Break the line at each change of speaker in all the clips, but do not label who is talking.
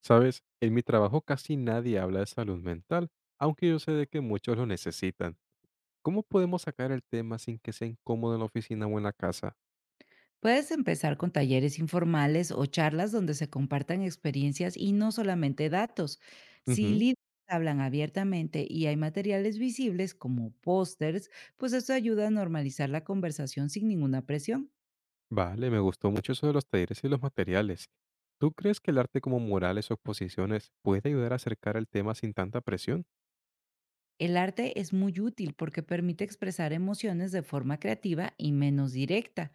Sabes, en mi trabajo casi nadie habla de salud mental, aunque yo sé de que muchos lo necesitan. ¿Cómo podemos sacar el tema sin que sea incómodo en la oficina o en la casa?
Puedes empezar con talleres informales o charlas donde se compartan experiencias y no solamente datos. Si
Ujú.
líderes hablan abiertamente y hay materiales visibles como pósters, pues esto ayuda a normalizar la conversación sin ninguna presión.
Vale, me gustó mucho eso de los talleres y los materiales. ¿Tú crees que el arte como murales o exposiciones puede ayudar a acercar el tema sin tanta presión?
El arte es muy útil porque permite expresar emociones de forma creativa y menos directa.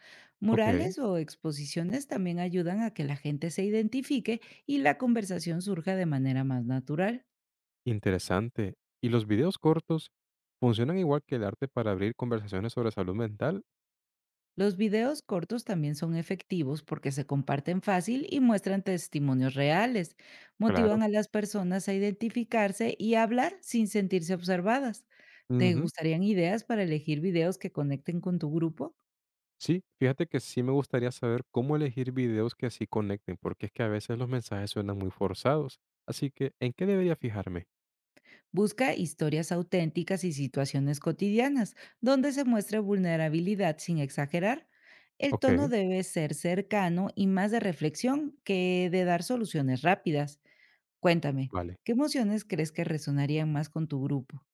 Ok,
Murales o exposiciones también ayudan a que la gente se identifique y la conversación surja de manera más natural.
interesante. ¿Y los videos cortos funcionan igual que el arte para abrir conversaciones sobre salud mental?
Los videos cortos también son efectivos porque se comparten fácil y muestran testimonios reales.
Claro.
Motivan a las personas a identificarse y a hablar sin sentirse observadas. ¿Te
Ujú.
gustarían ideas para elegir videos que conecten con tu grupo?
Sí, fíjate que sí me gustaría saber cómo elegir videos que así conecten, porque es que a veces los mensajes suenan muy forzados. Así que, ¿en qué debería fijarme?
Busca historias auténticas y situaciones cotidianas, donde se muestre vulnerabilidad sin exagerar. El
Ok.
tono debe ser cercano y más de reflexión que de dar soluciones rápidas. Cuéntame,
Vale,
¿qué emociones crees que resonarían más con tu grupo?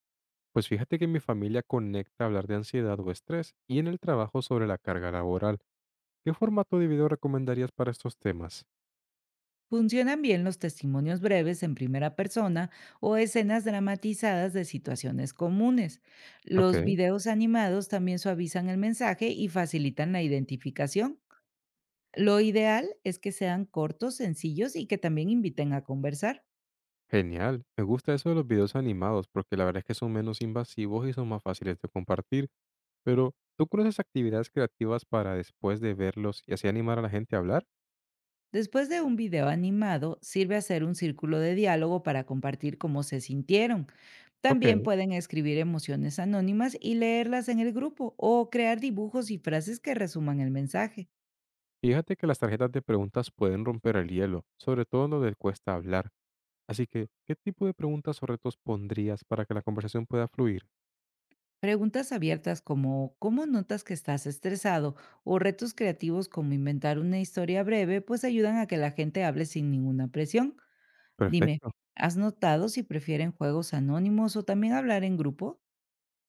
pues fíjate que mi familia conecta hablar de ansiedad o estrés y en el trabajo sobre la carga laboral. ¿Qué formato de video recomendarías para estos temas?
¿Funcionan bien los testimonios breves en primera persona o escenas dramatizadas de situaciones comunes?
Ok.
Los videos animados también suavizan el mensaje y facilitan la identificación. Lo ideal es que sean cortos, sencillos y que también inviten a conversar.
Genial, me gusta eso de los videos animados porque la verdad es que son menos invasivos y son más fáciles de compartir. Pero, ¿tú conoces actividades creativas para después de verlos y así animar a la gente a hablar?
Después de un video animado, sirve hacer un círculo de diálogo para compartir cómo se sintieron.
Ok.
También pueden escribir emociones anónimas y leerlas en el grupo o crear dibujos y frases que resuman el mensaje.
Fíjate que las tarjetas de preguntas pueden romper el hielo, sobre todo en donde cuesta hablar. Así que, ¿qué tipo de preguntas o retos pondrías para que la conversación pueda fluir?
Preguntas abiertas como ¿cómo notas que estás estresado? O retos creativos como inventar una historia breve pues ayudan a que la gente hable sin ninguna presión. Dime,
Perfecto.
¿has notado si prefieren juegos anónimos o también hablar en grupo?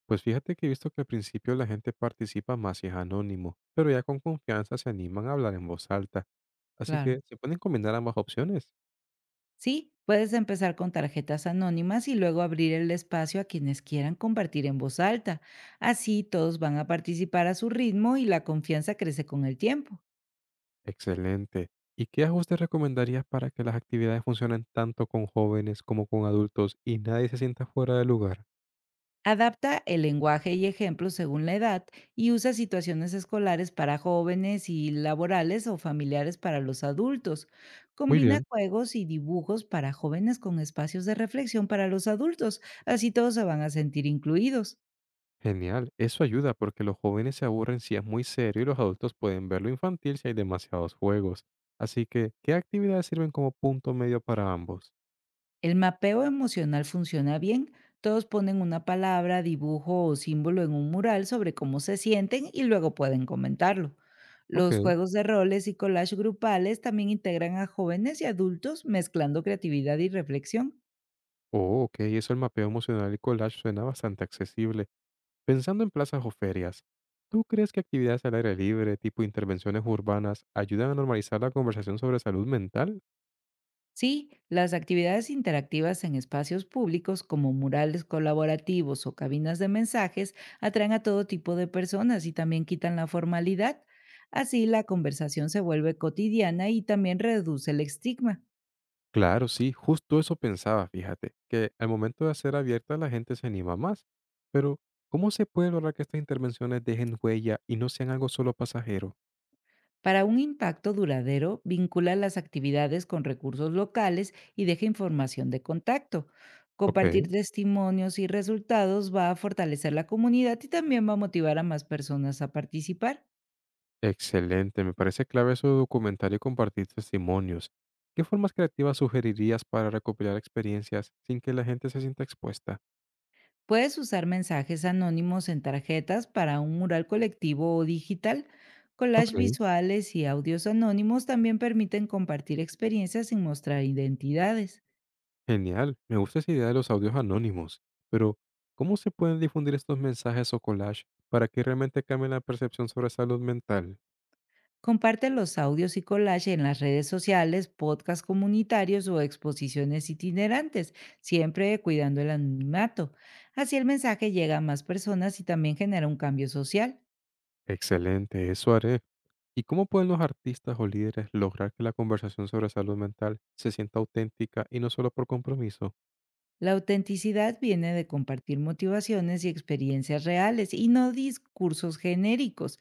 Pues fíjate que he visto que al principio la gente participa más si es anónimo, pero ya con confianza se animan a hablar en voz alta. Así
Claro.
que se pueden combinar ambas opciones.
Sí, puedes empezar con tarjetas anónimas y luego abrir el espacio a quienes quieran compartir en voz alta. Así todos van a participar a su ritmo y la confianza crece con el tiempo.
Excelente. ¿Y qué ajustes recomendarías para que las actividades funcionen tanto con jóvenes como con adultos y nadie se sienta fuera de lugar?
Adapta el lenguaje y ejemplos según la edad y usa situaciones escolares para jóvenes y laborales o familiares para los adultos.
Muy
Combina
bien.
juegos y dibujos para jóvenes con espacios de reflexión para los adultos. Así todos se van a sentir incluidos.
Genial, eso ayuda porque los jóvenes se aburren si es muy serio y los adultos pueden ver lo infantil si hay demasiados juegos. Así que, ¿qué actividades sirven como punto medio para ambos?
El mapeo emocional funciona bien. Todos ponen una palabra, dibujo o símbolo en un mural sobre cómo se sienten y luego pueden comentarlo. Los
Ok.
juegos de roles y collage grupales también integran a jóvenes y adultos mezclando creatividad y reflexión.
Oh, ok, eso el mapeo emocional y collage suena bastante accesible. Pensando en plazas o ferias, ¿tú crees que actividades al aire libre, tipo intervenciones urbanas, ayudan a normalizar la conversación sobre salud mental?
Sí, las actividades interactivas en espacios públicos como murales colaborativos o cabinas de mensajes atraen a todo tipo de personas y también quitan la formalidad. Así la conversación se vuelve cotidiana y también reduce el estigma.
Claro, sí, justo eso pensaba, fíjate, que al momento de hacer abierta la gente se anima más. Pero, ¿cómo se puede lograr que estas intervenciones dejen huella y no sean algo solo pasajero?
Para un impacto duradero, vincula las actividades con recursos locales y deja información de contacto.
Ok,
Compartir testimonios y resultados va a fortalecer la comunidad y también va a motivar a más personas a participar.
excelente, me parece clave eso de documentar y compartir testimonios. ¿Qué formas creativas sugerirías para recopilar experiencias sin que la gente se sienta expuesta?
Puedes usar mensajes anónimos en tarjetas para un mural colectivo o digital.
Ok,
Collage visuales y audios anónimos también permiten compartir experiencias sin mostrar identidades.
genial, me gusta esa idea de los audios anónimos, pero ¿cómo se pueden difundir estos mensajes o collage para que realmente cambien la percepción sobre salud mental?
Comparte los audios y collage en las redes sociales, podcasts comunitarios o exposiciones itinerantes, siempre cuidando el anonimato. Así el mensaje llega a más personas y también genera un cambio social.
Excelente, eso haré. ¿Y cómo pueden los artistas o líderes lograr que la conversación sobre salud mental se sienta auténtica y no solo por compromiso?
La autenticidad viene de compartir motivaciones y experiencias reales y no discursos genéricos.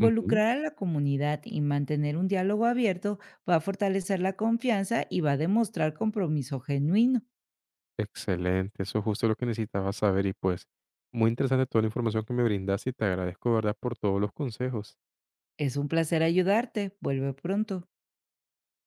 Ujú.
a la comunidad y mantener un diálogo abierto va a fortalecer la confianza y va a demostrar compromiso genuino.
Excelente, eso es justo lo que necesitaba saber y pues muy interesante toda la información que me brindaste y te agradezco, de ¿verdad?, por todos los consejos.
Es un placer ayudarte. Vuelve pronto.